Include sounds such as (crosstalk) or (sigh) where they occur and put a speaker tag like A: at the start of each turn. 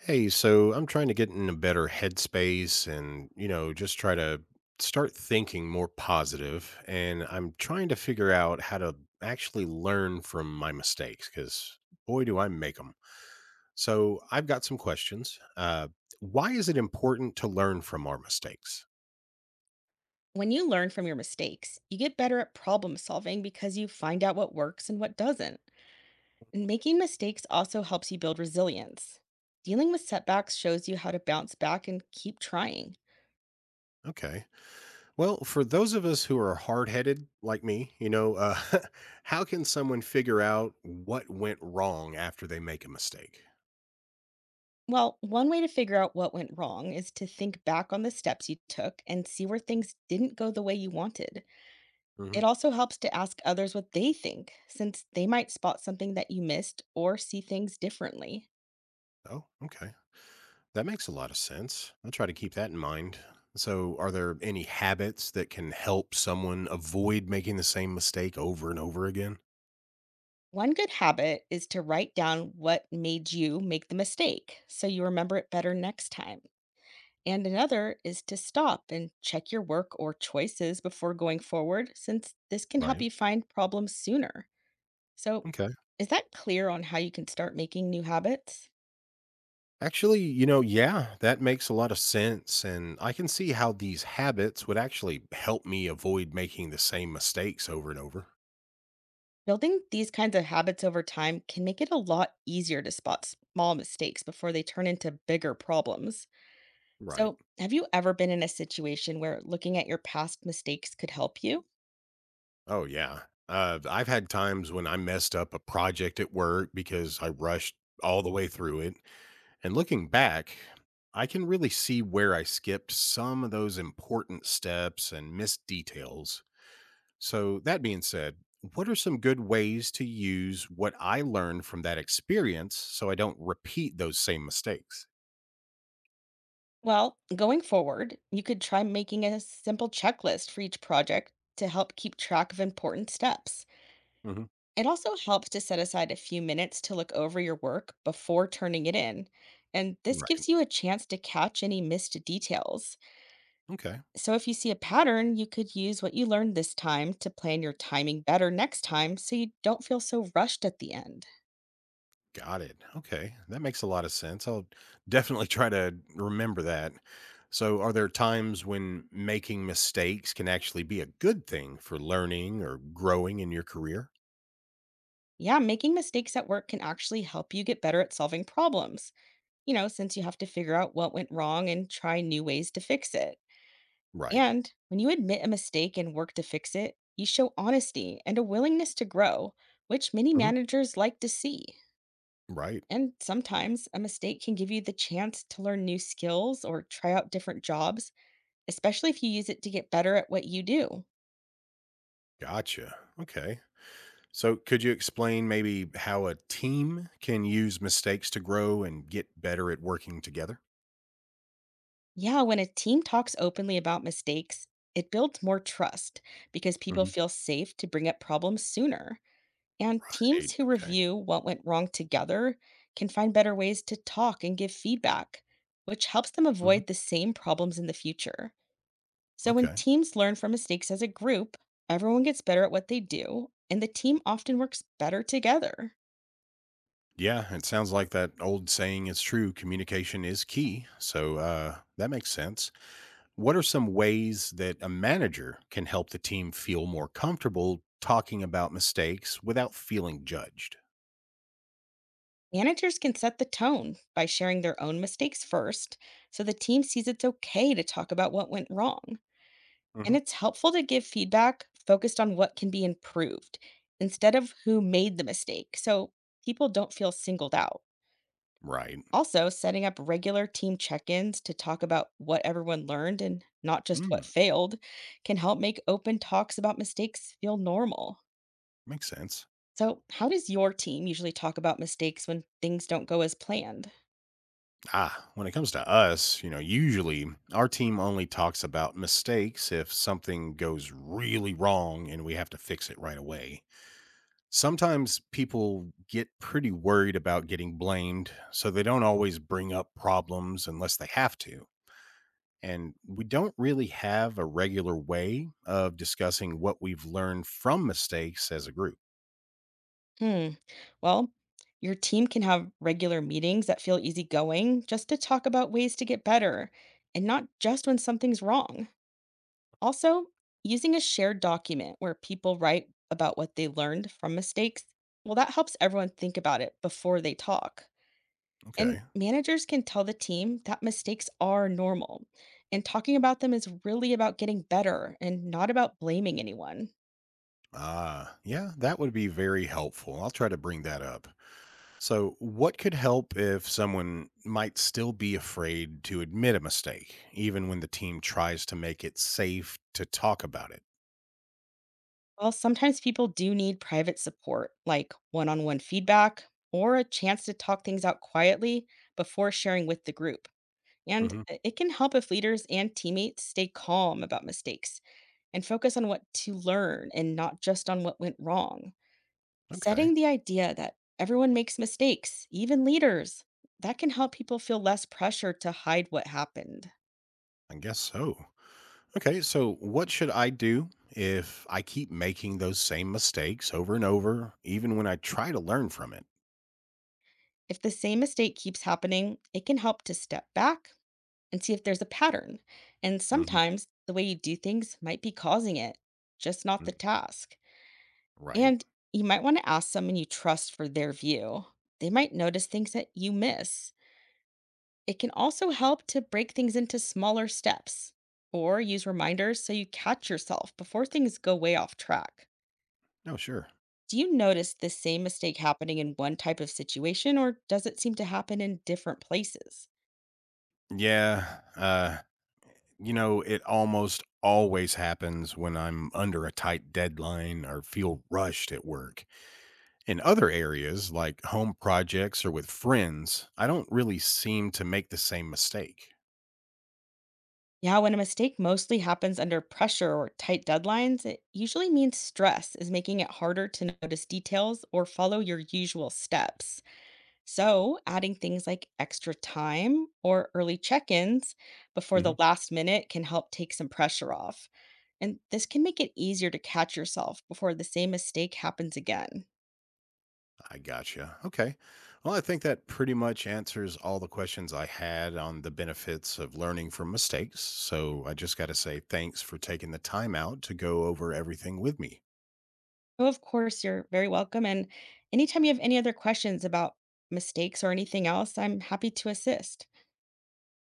A: Hey, so I'm trying to get in a better headspace and, you know, just try to start thinking more positive, positive. And I'm trying to figure out how to actually learn from my mistakes because boy, do I make them. So I've got some questions. Why is it important to learn from our mistakes?
B: When you learn from your mistakes, you get better at problem solving because you find out what works and what doesn't. And making mistakes also helps you build resilience. Dealing with setbacks shows you how to bounce back and keep trying.
A: Okay. Well, for those of us who are hard headed like me, you know, (laughs) how can someone figure out what went wrong after they make a mistake?
B: Well, one way to figure out what went wrong is to think back on the steps you took and see where things didn't go the way you wanted.
A: Hmm.
B: It also helps to ask others what they think, since they might spot something that you missed or see things differently.
A: Oh, okay. That makes a lot of sense. I'll try to keep that in mind. So, are there any habits that can help someone avoid making the same mistake over and over again?
B: One good habit is to write down what made you make the mistake so you remember it better next time. And another is to stop and check your work or choices before going forward, since this can help
A: Right.
B: you find problems sooner. So,
A: Okay.
B: is that clear on how you can start making new habits?
A: Actually, you know, yeah, that makes a lot of sense. And I can see how these habits would actually help me avoid making the same mistakes over and over.
B: Building these kinds of habits over time can make it a lot easier to spot small mistakes before they turn into bigger problems.
A: Right.
B: So, have you ever been in a situation where looking at your past mistakes could help you?
A: Oh, yeah. I've had times when I messed up a project at work because I rushed all the way through it. And looking back, I can really see where I skipped some of those important steps and missed details. So, that being said, what are some good ways to use what I learned from that experience so I don't repeat those same mistakes?
B: Well, going forward, you could try making a simple checklist for each project to help keep track of important steps.
A: Hmm.
B: It also helps to set aside a few minutes to look over your work before turning it in, and this
A: Right.
B: gives you a chance to catch any missed details.
A: Okay.
B: So, if you see a pattern, you could use what you learned this time to plan your timing better next time so you don't feel so rushed at the end.
A: Got it. Okay. That makes a lot of sense. I'll definitely (laughs) try to remember that. So, are there times when making mistakes can actually be a good thing for learning or growing in your career?
B: Yeah, making mistakes at work can actually help you get better at solving problems, you know, since you have to figure out what went wrong and try new ways to fix it.
A: Right.
B: And when you admit a mistake and work to fix it, you show honesty and a willingness to grow, which many managers like to see.
A: Right.
B: And sometimes a mistake can give you the chance to learn new skills or try out different jobs, especially if you use it to get better at what you do.
A: Gotcha. Okay. So, could you explain maybe how a team can use mistakes to grow and get better at working together?
B: Yeah, when a team talks openly about mistakes, it builds more trust because people
A: Mhm.
B: feel safe to bring up problems sooner. And
A: Hey,
B: teams who
A: okay.
B: review what went wrong together can find better ways to talk and give feedback, which helps them
A: Mhm.
B: avoid the same problems in the future. So when
A: Okay.
B: teams learn from mistakes as a group, everyone gets better at what they do, and the team often works better together.
A: Yeah, it sounds like that old saying is true. Communication is key. So that makes sense. What are some ways that a manager can help the team feel more comfortable talking about mistakes without feeling judged?
B: Managers can set the tone by sharing their own mistakes first, so the team sees it's okay to talk about what went wrong. And
A: Hmm.
B: it's helpful to give feedback focused on what can be improved instead of who made the mistake so people don't feel singled out.
A: Right.
B: Also, setting up regular team check ins to talk about what everyone learned and not just what
A: Mm,
B: failed can help make open talks about mistakes feel normal.
A: makes sense.
B: So, how does your team usually talk about mistakes when things don't go as planned?
A: Ah, when it comes to us, you know, usually our team only talks about mistakes if something goes really wrong and we have to fix it right away. Sometimes people get pretty worried about getting blamed, so they don't always bring up problems unless they have to. And we don't really have a regular way of discussing what we've learned from mistakes as a group.
B: Hmm. Well, your team can have regular meetings that feel easygoing just to talk about ways to get better and not just when something's wrong. Also, using a shared document where people write about what they learned from mistakes, well, that helps everyone think about it before they talk. And
A: Okay.
B: managers can tell the team that mistakes are normal. And talking about them is really about getting better and not about blaming anyone.
A: Ah, yeah, that would be very helpful. I'll try to bring that up. So, what could help if someone might still be afraid to admit a mistake, even when the team tries to make it safe to talk about it?
B: While sometimes people do need private support, like one on one feedback or a chance to talk things out quietly before sharing with the group. And
A: Hmm.
B: it can help if leaders and teammates stay calm about mistakes and focus on what to learn and not just on what went wrong.
A: Okay,
B: Setting the idea that everyone makes mistakes, even leaders, that can help people feel less pressure to hide what happened.
A: I guess so. Okay, so what should I do if I keep making those same mistakes over and over, even when I try to learn from it?
B: If the same mistake keeps happening, it can help to step back and see if there's a pattern. And
A: Hmm.
B: sometimes the way you do things might be causing it, just not the task.
A: Right.
B: And you might want to ask someone you trust for their view. They might notice things that you miss. It can also help to break things into smaller steps or use reminders so you catch yourself before things go way off track.
A: No, sure.
B: Do you notice the same mistake happening in one type of situation or does it seem to happen in different places?
A: Yeah. You know, it almost always happens when I'm under a tight deadline or feel rushed at work. In other areas, like home projects or with friends, I don't really seem to make the same mistake.
B: Yeah, when a mistake mostly happens under pressure or tight deadlines, it usually means stress is making it harder to notice details or follow your usual steps. So, adding things like extra time or early check ins before
A: Hmm.
B: the last minute can help take some pressure off. And this can make it easier to catch yourself before the same mistake happens again.
A: I gotcha. Okay. Well, I think that pretty much answers all the questions I had on the benefits of learning from mistakes. So I just got to say thanks for taking the time out to go over everything with me.
B: Oh, of course, you're very welcome. And anytime you have any other questions about mistakes or anything else, I'm happy to assist.